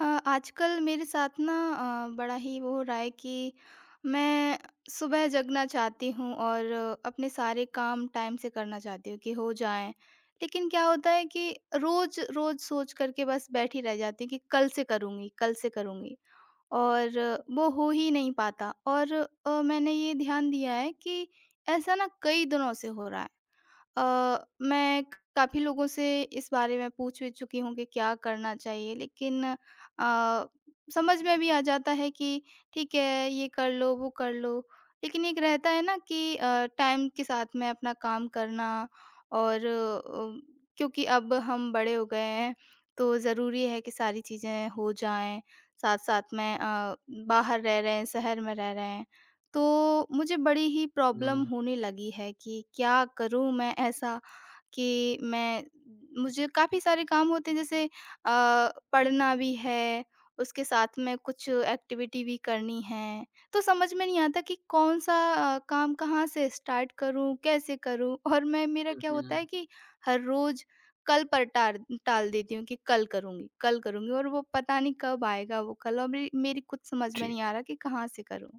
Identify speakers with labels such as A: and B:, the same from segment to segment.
A: आजकल मेरे साथ ना बड़ा ही वो हो रहा है कि मैं सुबह जगना चाहती हूँ और अपने सारे काम टाइम से करना चाहती हूँ कि हो जाएं। लेकिन क्या होता है कि रोज रोज सोच करके बस बैठी रह जाती हूँ कि कल से करूँगी और वो हो ही नहीं पाता और मैंने ये ध्यान दिया है कि ऐसा ना कई दिनों से हो रहा है। मैं काफ़ी लोगों से इस बारे में पूछ भी चुकी हूँ कि क्या करना चाहिए, लेकिन अ, समझ में भी आ जाता है कि ठीक है ये कर लो वो कर लो। लेकिन एक रहता है ना कि टाइम के साथ में अपना काम करना और क्योंकि अब हम बड़े हो गए हैं तो ज़रूरी है कि सारी चीज़ें हो जाएँ। साथ-साथ में बाहर रह रहे हैं, शहर में रह रहे हैं। तो मुझे बड़ी ही प्रॉब्लम
B: हुँ,
A: होने लगी है कि क्या करूँ मैं ऐसा कि मैं मुझे काफ़ी सारे काम होते हैं जैसे पढ़ना भी है, उसके साथ में कुछ एक्टिविटी भी करनी है। तो समझ में नहीं आता कि कौन-सा काम कहाँ से स्टार्ट करूँ, कैसे करूँ? और मैं मेरा
B: हुँ,
A: क्या होता
B: हुँ।
A: है कि हर रोज़ कल पर टार टाल देती हूँ कि कल करूँगी और वो पता नहीं कब आएगा वो कल और मेरी मेरी कुछ समझ में
B: जी।
A: नहीं आ रहा कि कहाँ से करूँ?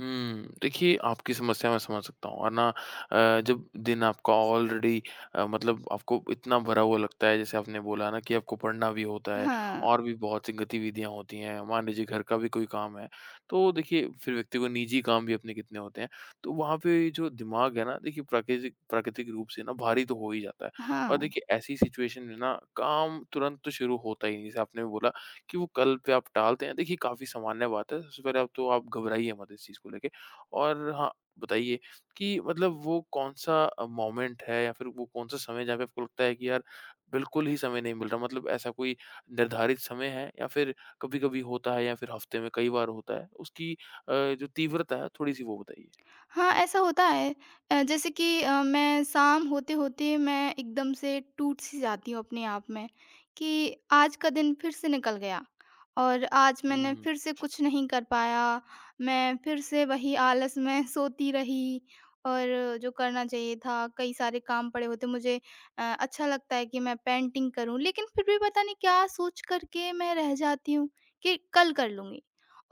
B: हुँ, देखिए आपकी समस्या मैं समझ सकता हूँ और ना जब दिन आपका ऑलरेडी मतलब आपको इतना भरा हुआ लगता है जैसे आपने बोला ना कि आपको पढ़ना भी होता है
A: हाँ।
B: और भी बहुत सी गतिविधियाँ होती हैं, मान लीजिए घर का भी कोई काम है, तो देखिए फिर व्यक्ति को निजी काम भी अपने कितने होते हैं। तो वहाँ पे जो दिमाग है ना देखिए प्राकृतिक प्राकृतिक रूप से ना भारी तो हो ही जाता है
A: हाँ,
B: और देखिए ऐसी सिचुएशन में ना काम तुरंत तो शुरू होता ही नहीं, जैसे आपने बोला कि वो कल पे आप टालते हैं, देखिए काफ़ी सामान्य बात है। सबसे पहले आप तो आप घबराइए मत इस चीज़ को लेके और हाँ, बताइए कि मतलब वो कौन-सा मोमेंट है या फिर वो कौन-सा समय जहाँ पे आपको लगता है कि यार बिल्कुल ही समय नहीं मिल रहा? मतलब ऐसा कोई निर्धारित समय है या फिर कभी-कभी होता है या फिर हफ्ते में कई बार होता है? उसकी जो तीव्रता है थोड़ी-सी वो बताइए?
A: हाँ, ऐसा होता है। जैसे कि मैं शाम होते-होते मैं एकदम से टूट-सी जाती हूँ अपने आप में कि आज का दिन फिर से निकल गया और आज मैंने
B: हुँ।
A: फिर से कुछ नहीं कर पाया। मैं फिर से वही आलस में सोती रही और जो करना चाहिए था, कई सारे काम पड़े होते मुझे। अच्छा लगता है कि मैं पेंटिंग करूँ, लेकिन फिर भी पता नहीं क्या सोच कर के मैं रह जाती हूँ कि कल कर लूँगी।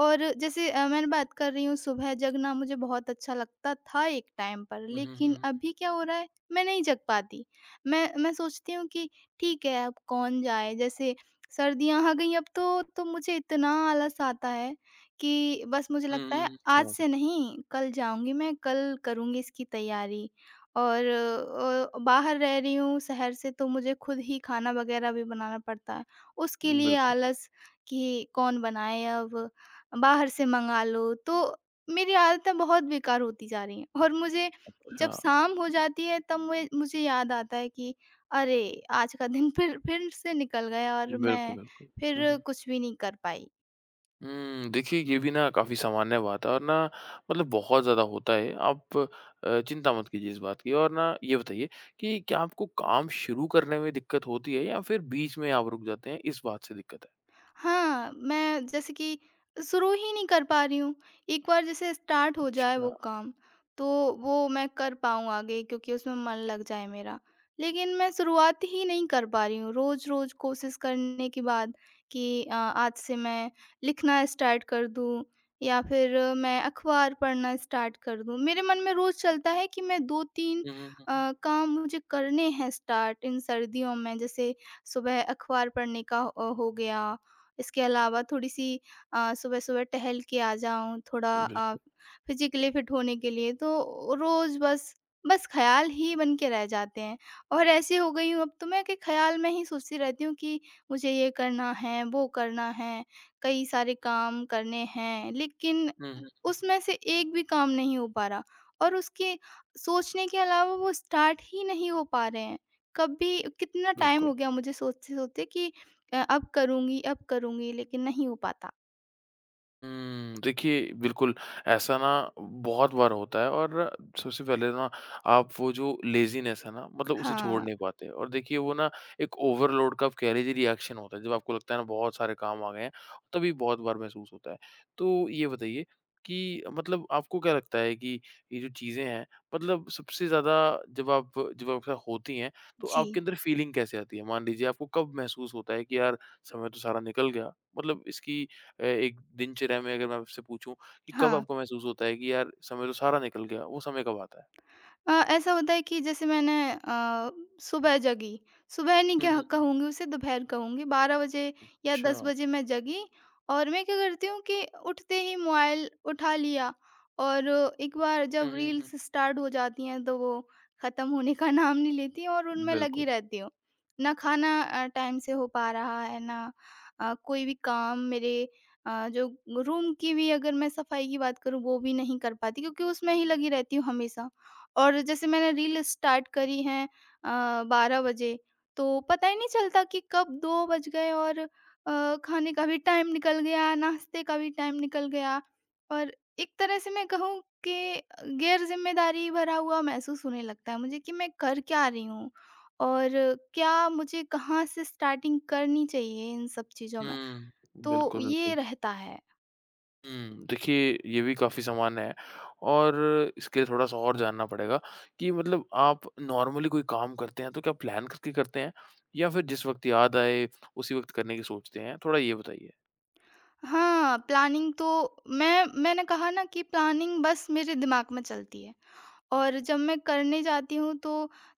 A: और जैसे मैं बात कर रही हूँ, सुबह जगना मुझे बहुत अच्छा लगता था एक टाइम पर,
B: हुँ, हुँ,
A: लेकिन
B: हुँ।
A: अभी क्या हो रहा है, मैं नहीं जग पाती। मैं सोचती हूँ कि ठीक है अब कौन जाए, जैसे सर्दियाँ आ गई अब तो मुझे इतना आलस आता है कि बस मुझे
B: हुँ,
A: लगता
B: हुँ,
A: है
B: हुँ।
A: आज
B: समझ
A: से
B: सकता
A: नहीं कल जाऊँगी मैं, कल करूँगी इसकी तैयारी। और बाहर रह रही हूँ शहर से तो मुझे खुद ही खाना वगैरह भी बनाना पड़ता है। उसके
B: हूँ।
A: लिए
B: बिल्कुल।
A: आलस कि कौन बनाए अब। बाहर से मँगा लो, तो मेरी आदतें बहुत बेकार होती जा रही हैं। और मुझे
B: अच्छा।
A: जब शाम हो जाती है तब मुझे मुझे याद आता है कि अरे! आज का दिन फिर से निकल गया और
B: बिल्कुल,
A: मैं
B: बिल्कुल। हुँ,
A: फिर
B: हुँ।
A: कुछ भी नहीं कर पाई।
B: हुँ, देखिए ये भी ना काफ़ी सामान्य बात है और ना मतलब बहुत ज़्यादा होता है। आप चिंता मत कीजिए इस बात की और ना ये बताइए कि क्या आपको काम शुरू करने में दिक्कत होती है या फिर बीच में आप रुक जाते हैं, इस बात से दिक्कत है?
A: हाँ, मैं जैसे कि शुरू ही नहीं कर पा रही हूँ। एक बार जैसे स्टार्ट हो जाए
B: अच्छा।
A: वो काम, तो वो मैं कर पाऊँ आगे, क्योंकि उसमें मन लग जाए मेरा। लेकिन मैं शुरुआत ही नहीं कर पा रही हूँ। रोज़-रोज़ कोशिश करने के बाद कि आज से मैं लिखना स्टार्ट कर दूँ या फिर मैं अखबार पढ़ना स्टार्ट कर दूँ। मेरे मन में रोज़ चलता है कि मैं 2-3
B: हुँ, हुँ, हुँ, हुँ।
A: काम मुझे करने हैं स्टार्ट इन सर्दियों में। जैसे सुबह अखबार पढ़ने का हो गया, इसके अलावा थोड़ी-सी सुबह-सुबह टहल के आ जाऊँ, थोड़ा
B: बिल्कुल।
A: फिज़िकली फिट होने के लिए, तो रोज़ बस बस ख़्याल ही बन के रह जाते हैं। और ऐसी हो गई हूँ अब तो मैं कि ख़्याल में ही सोचती रहती हूँ कि मुझे ये करना है, वो करना है, कई सारे काम करने हैं, लेकिन
B: हुँ, हुँ,
A: उसमें से एक भी काम नहीं हो पा रहा और उसके सोचने के अलावा वो स्टार्ट ही नहीं हो पा रहे हैं। कभी कितना टाइम
B: बिल्कुल।
A: हो गया मुझे सोचते-सोचते कि अब करूँगी, अब करूँगी, लेकिन नहीं हो पाता।
B: हुँ, देखिए बिल्कुल, ऐसा ना बहुत बार होता है और सबसे पहले ना आप वो जो लेज़ीनेस है ना मतलब उसे छोड़
A: हाँ,
B: नहीं पाते और देखिए वो ना एक ओवरलोड का आप कह लीजिए रिएक्शन होता है, जब आपको लगता है ना बहुत सारे काम आ गए हैं, तभी बहुत बार महसूस होता है। तो ये बताइए कि मतलब आपको क्या लगता है कि ये जो चीज़ें हैं मतलब सबसे ज़्यादा जब आपके साथ होती हैं, तो
A: जी।
B: आपके अंदर फीलिंग कैसे आती है? मान लीजिए आपको कब महसूस होता है कि यार समय तो सारा निकल गया, मतलब इसकी एक दिनचर्या में अगर मैं आपसे पूछूँ कि कब
A: हाँ।
B: आपको महसूस होता है कि यार समय तो सारा निकल गया, वो समय कब आता है?
A: ऐसा होता है कि जैसे मैंने सुबह जगी सुबह नहीं
B: हुँ,
A: कह
B: हुँ, हुँ।
A: कहूँगी, उसे दोपहर कहूँगी, 12 बजे या
B: अच्छा।
A: 10 बजे मैं जगी। और मैं क्या करती हूँ कि उठते ही मोबाइल उठा लिया और एक बार
B: हुँ,
A: जब
B: हुँ, हुँ।
A: रील्स स्टार्ट हो जाती हैं तो वो ख़त्म होने का नाम नहीं लेती और उनमें लगी
B: बिल्कुल।
A: रहती हूँ। ना खाना टाइम से हो पा रहा है, ना अ, कोई भी काम मेरे अ, जो रूम की भी अगर मैं सफाई की बात करूँ वो भी नहीं कर पाती, क्योंकि उसमें ही लगी रहती हूँ हमेशा। और जैसे मैंने रील स्टार्ट करी हैं अ, 12 बजे, तो पता ही नहीं चलता कि कब 2 बज गए और खाने का भी टाइम निकल गया, नाश्ते का भी टाइम निकल गया। और एक तरह से मैं कहूँ कि गैर-ज़िम्मेदारी भरा हुआ महसूस होने लगता है मुझे कि मैं कर क्या रही हूँ? और क्या मुझे कहाँ से स्टार्टिंग करनी चाहिए इन सब चीज़ों में?
B: हुँ।
A: तो
B: बिल्कुल,
A: ये
B: बिल्कुल।
A: रहता है।
B: हुँ, देखिए ये भी काफ़ी सामान्य है और इसके लिए थोड़ा-सा और जानना पड़ेगा कि मतलब आप नॉर्मली कोई काम करते हैं तो क्या प्लान करके करते हैं या फिर जिस वक़्त याद आए उसी वक़्त करने की सोचते हैं? थोड़ा ये बताइए।
A: हाँ, प्लानिंग तो मैंने कहा ना कि प्लानिंग बस मेरे दिमाग में चलती है। और जब मैं करने जाती हूँ तो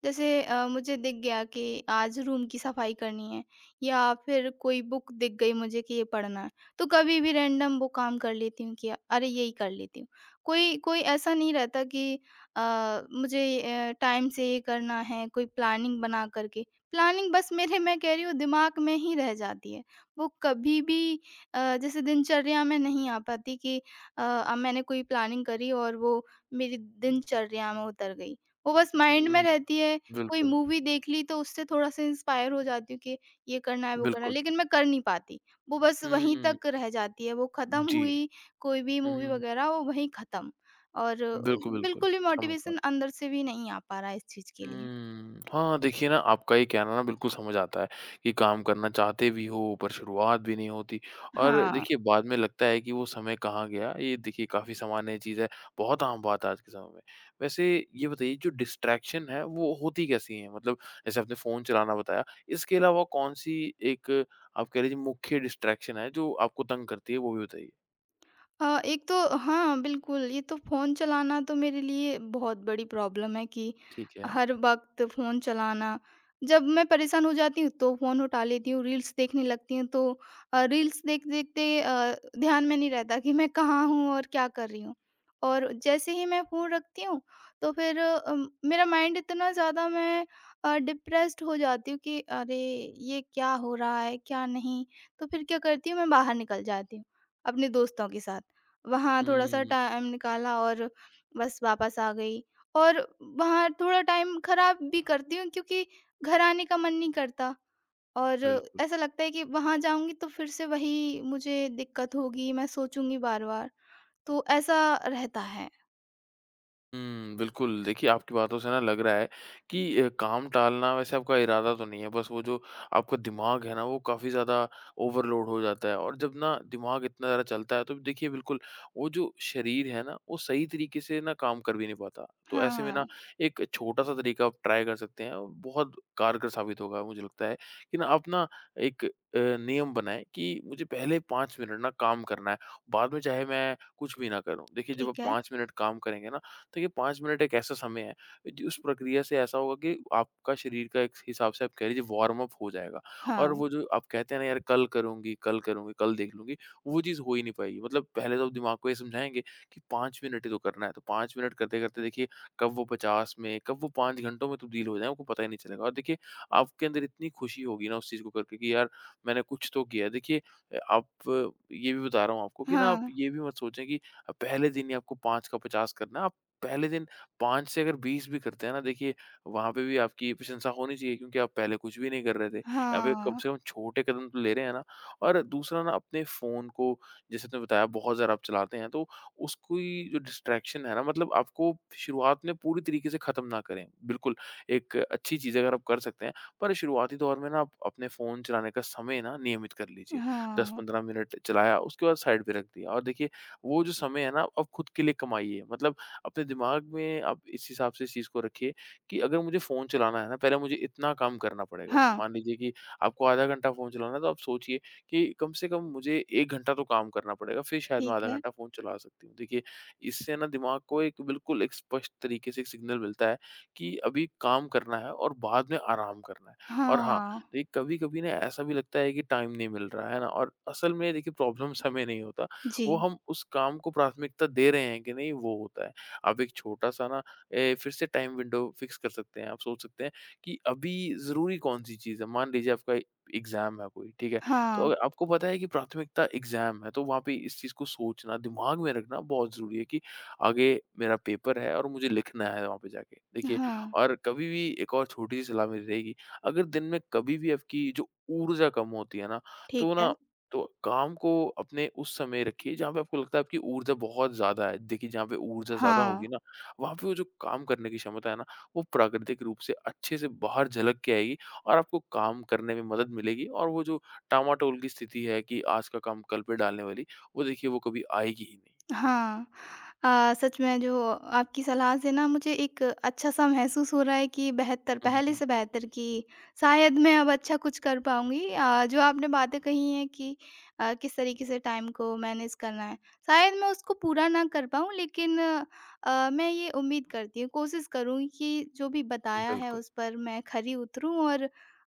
A: जैसे मुझे दिख गया कि आज रूम की सफाई करनी है या फिर कोई बुक दिख गई मुझे कि ये पढ़ना है, तो कभी भी रैंडम वो काम कर लेती हूँ कि अरे यही कर लेती हूँ। कोई कोई ऐसा नहीं रहता कि अ, मुझे टाइम से ये करना है कोई प्लानिंग बना करके। प्लानिंग बस मेरे मैं कह रही हूँ दिमाग में ही रह जाती है, वो कभी भी जैसे दिनचर्या में नहीं आ पाती कि मैंने कोई प्लानिंग करी और वो मेरी दिनचर्या में उतर गई। वो बस माइंड में
B: हुँ।
A: रहती है, कोई
B: बिल्कुल,
A: मूवी देख ली तो उससे थोड़ा-सा इंस्पायर हो जाती हूँ कि ये करना है, वो करना है,
B: बिल्कुल।
A: लेकिन मैं कर नहीं पाती। वो बस वहीं
B: हुँ।
A: तक रह जाती है, वो ख़त्म
B: जी।
A: हुई, कोई भी
B: हुँ,
A: मूवी
B: हुँ।
A: वग़ैरह वो वहीं ख़त्म। और
B: बिल्कुल, बिल्कुल।
A: बिल्कुल भी
B: समझ पा
A: मोटिवेशन अंदर से भी नहीं आ पा रहा है इस चीज़ के लिए।
B: हुँ। हाँ, देखिए ना आपका ये कहना ना बिल्कुल समझ आता है कि काम करना चाहते भी हो पर शुरुआत भी नहीं होती और
A: हाँ।
B: देखिए बाद में लगता है कि वो समय कहाँ गया, ये देखिए काफ़ी सामान्य चीज़ है, बहुत आम बात है आज के समय में। वैसे ये बताइए जो डिस्ट्रैक्शन है वो होती कैसी हैं? मतलब जैसे आपने फ़ोन चलाना बताया, इसके अलावा कौन-सी एक आप कह लीजिए मुख्य डिस्ट्रैक्शन है जो आपको तंग करती है, वो भी बताइए?
A: एक तो हाँ, बिल्कुल, ये तो फ़ोन चलाना तो मेरे लिए बहुत बड़ी प्रॉब्लम है कि
B: ठीक है।
A: हर वक़्त फ़ोन चलाना। जब मैं परेशान हो जाती हूँ, तो फ़ोन उठा लेती हूँ, रील्स देखने लगती हूँ, तो रील्स देखते-देखते ध्यान में नहीं रहता कि मैं कहाँ हूँ और क्या कर रही हूँ। और जैसे ही मैं फ़ोन रखती हूँ, तो फिर अम, मेरा माइंड इतना ज़्यादा मैं अ, डिप्रेस्ड हो जाती हूँ कि अरे! ये क्या हो रहा है, क्या नहीं? तो फिर क्या करती हूँ, मैं बाहर निकल जाती हूँ, अपने दोस्तों के साथ। वहाँ थोड़ा-सा
B: हुँ,
A: टाइम निकाला और बस वापस आ गई। और वहाँ थोड़ा टाइम ख़राब भी करती हूँ क्योंकि घर आने का मन नहीं करता और
B: बिल्कुल।
A: ऐसा लगता है कि वहाँ जाऊँगी तो फिर से वही मुझे दिक्कत होगी, मैं सोचूँगी बार-बार, तो ऐसा रहता है।
B: हुँ, बिल्कुल। देखिए, आपकी बातों से ना लग रहा है कि काम टालना वैसे आपका इरादा तो नहीं है, बस वो जो आपका दिमाग है ना, वो काफ़ी ज़्यादा ओवरलोड हो जाता है और जब ना दिमाग इतना ज़्यादा चलता है, तो देखिए बिल्कुल वो जो शरीर है ना, वो सही तरीके से ना काम कर भी नहीं पाता। तो ऐसे में
A: हाँ,
B: ना एक छोटा-सा तरीका आप ट्राई कर सकते हैं, और बहुत कारगर साबित होगा मुझे लगता है कि ना आप ना एक नियम बनाएँ कि मुझे पहले 5 मिनट ना काम करना है, बाद में चाहे मैं कुछ भी ना करूँ। देखिए, जब आप
A: ठीक है।
B: 5 मिनट काम करेंगे ना, तो ये 5 मिनट एक ऐसा समय है, जी उस प्रक्रिया से ऐसा होगा कि आपका शरीर का एक हिसाब से आप कह लीजिए वार्म अप हो जाएगा
A: हाँ,
B: और वो जो आप कहते हैं ना यार कल करूँगी, कल करूँगी, कल देख लूँगी, वो चीज़ हो ही नहीं पाएगी। मतलब पहले तो आप दिमाग को ये समझाएँगे कि 5 मिनट ही तो करना है, तो 5 मिनट करते-करते देखिए कब वो 50 में, कब वो 5 घंटों में तब्दील हो जाए आपको पता ही नहीं चलेगा और देखिए आपके अंदर इतनी खुशी होगी ना उस चीज़ को करके कि यार मैंने कुछ तो किया है। देखिए आप ये भी बता रहा हूँ आपको कि ना आप
A: हाँ,
B: ये भी मत सोचें कि पहले दिन ही आपको 5 का 50 करना है, आप पहले दिन 5 से अगर 20 भी करते हैं ना देखिए, वहाँ पे भी आपकी प्रशंसा होनी चाहिए क्योंकि आप पहले कुछ भी नहीं कर रहे थे। यहाँ पे कम
A: हाँ,
B: से कम छोटे कदम तो ले रहे हैं ना और दूसरा ना अपने फ़ोन को जैसे आपने बताया बहुत ज़्यादा आप चलाते हैं तो उसकी जो डिस्ट्रैक्शन है ना मतलब आपको शुरुआत में पूरी तरीके से ख़त्म ना करें। बिल्कुल, एक अच्छी चीज़ है अगर आप कर सकते हैं, पर शुरुआती दौर में ना आप अपने फ़ोन चलाने का समय ना नियमित कर लीजिए।
A: हाँ,
B: 10-15 मिनट चलाया उसके बाद साइड पे रख दिया और देखिए वो जो समय है ना आप खुद के लिए कमाइए मतलब अपने दिमाग में आप इस हिसाब से इस चीज़ को रखिए कि अगर मुझे फ़ोन चलाना है ना, पहले मुझे इतना काम करना पड़ेगा।
A: हाँ,
B: मान लीजिए कि आपको आधा घंटा फ़ोन चलाना है, तो आप सोचिए कि कम से कम मुझे 1 घंटा तो काम करना पड़ेगा, फिर शायद मैं
A: ठीक
B: आधा
A: है।
B: घंटा फ़ोन चला सकती हूँ। देखिए, इससे ना दिमाग को एक बिल्कुल एक स्पष्ट तरीके से एक सिग्नल मिलता है कि अभी काम करना है और बाद में आराम करना है। और हाँ,
A: हाँ,
B: देखिए कभी-कभी ना ऐसा भी लगता है कि टाइम नहीं मिल रहा, है ना? और असल में देखिए प्रॉब्लम समय नहीं होता,
A: जी।
B: वो हम उस काम को प्राथमिकता दे रहे हैं कि नहीं, वो होता है। आप एक छोटा-सा ना फिर से टाइम विंडो फिक्स कर सकते हैं। आप सोच सकते हैं कि अभी ज़रूरी कौन-सी चीज़ है। मान लीजिए आपका एग्ज़ाम है कोई, ठीक है? तो
A: हाँ,
B: अगर आपको पता है कि प्राथमिकता एग्ज़ाम है, तो वहाँ पे इस चीज़ को सोचना, दिमाग में रखना बहुत ज़रूरी है कि आगे मेरा पेपर है और मुझे लिखना है वहाँ पे जाके, देखिए।
A: हाँ,
B: और कभी भी एक और छोटी-सी सलाह मेरी रहेगी, अगर दिन में कभी भी आपकी जो ऊर्जा कम होती है
A: ठीक है।
B: ना तो काम को अपने उस समय रखिए जहाँ पे आपको लगता है आपकी ऊर्जा बहुत ज़्यादा है। देखिए जहाँ पे ऊर्जा ज़्यादा
A: हाँ।
B: होगी ना, वहाँ पे वो जो काम करने की क्षमता है ना, वो प्राकृतिक रूप से अच्छे से बाहर झलक के आएगी और आपको काम करने में मदद मिलेगी और वो जो टालमटोल की स्थिति है कि आज का काम कल पे डालने वाली, वो देखिए वो कभी आएगी ही नहीं।
A: हाँ। अ, सच में जो आपकी सलाह से ना मुझे एक अच्छा-सा महसूस हो रहा है कि बेहतर,
B: हुँ, हुँ,
A: पहले
B: हुँ।
A: से बेहतर, कि शायद मैं अब अच्छा कुछ कर पाऊँगी। जो आपने बातें कही हैं कि किस तरीके से टाइम को मैनेज करना है, शायद मैं उसको पूरा ना कर पाऊँ, लेकिन मैं ये उम्मीद करती हूँ, कोशिश करूँगी कि जो भी बताया है
B: बिल्कुल,
A: उस पर मैं खरी उतरूँ और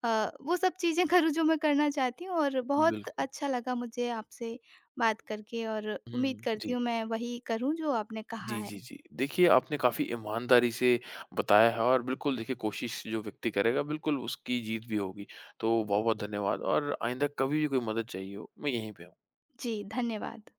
A: वो सब चीज़ें करूँ जो मैं करना चाहती हूँ, और बहुत
B: बिल्कुल।
A: अच्छा लगा मुझे आपसे बात करके और उम्मीद
B: हुँ,
A: करती
B: जी।
A: हूँ मैं वही करूँ जो आपने कहा
B: जी,
A: है।
B: जी, जी। देखिए, आपने काफ़ी ईमानदारी से बताया है और बिल्कुल देखिए कोशिश जो व्यक्ति करेगा बिल्कुल उसकी जीत भी होगी। तो बहुत-बहुत धन्यवाद और आइंदा कभी भी कोई मदद चाहिए हो, मैं यहीं पे हूँ।
A: जी, धन्यवाद।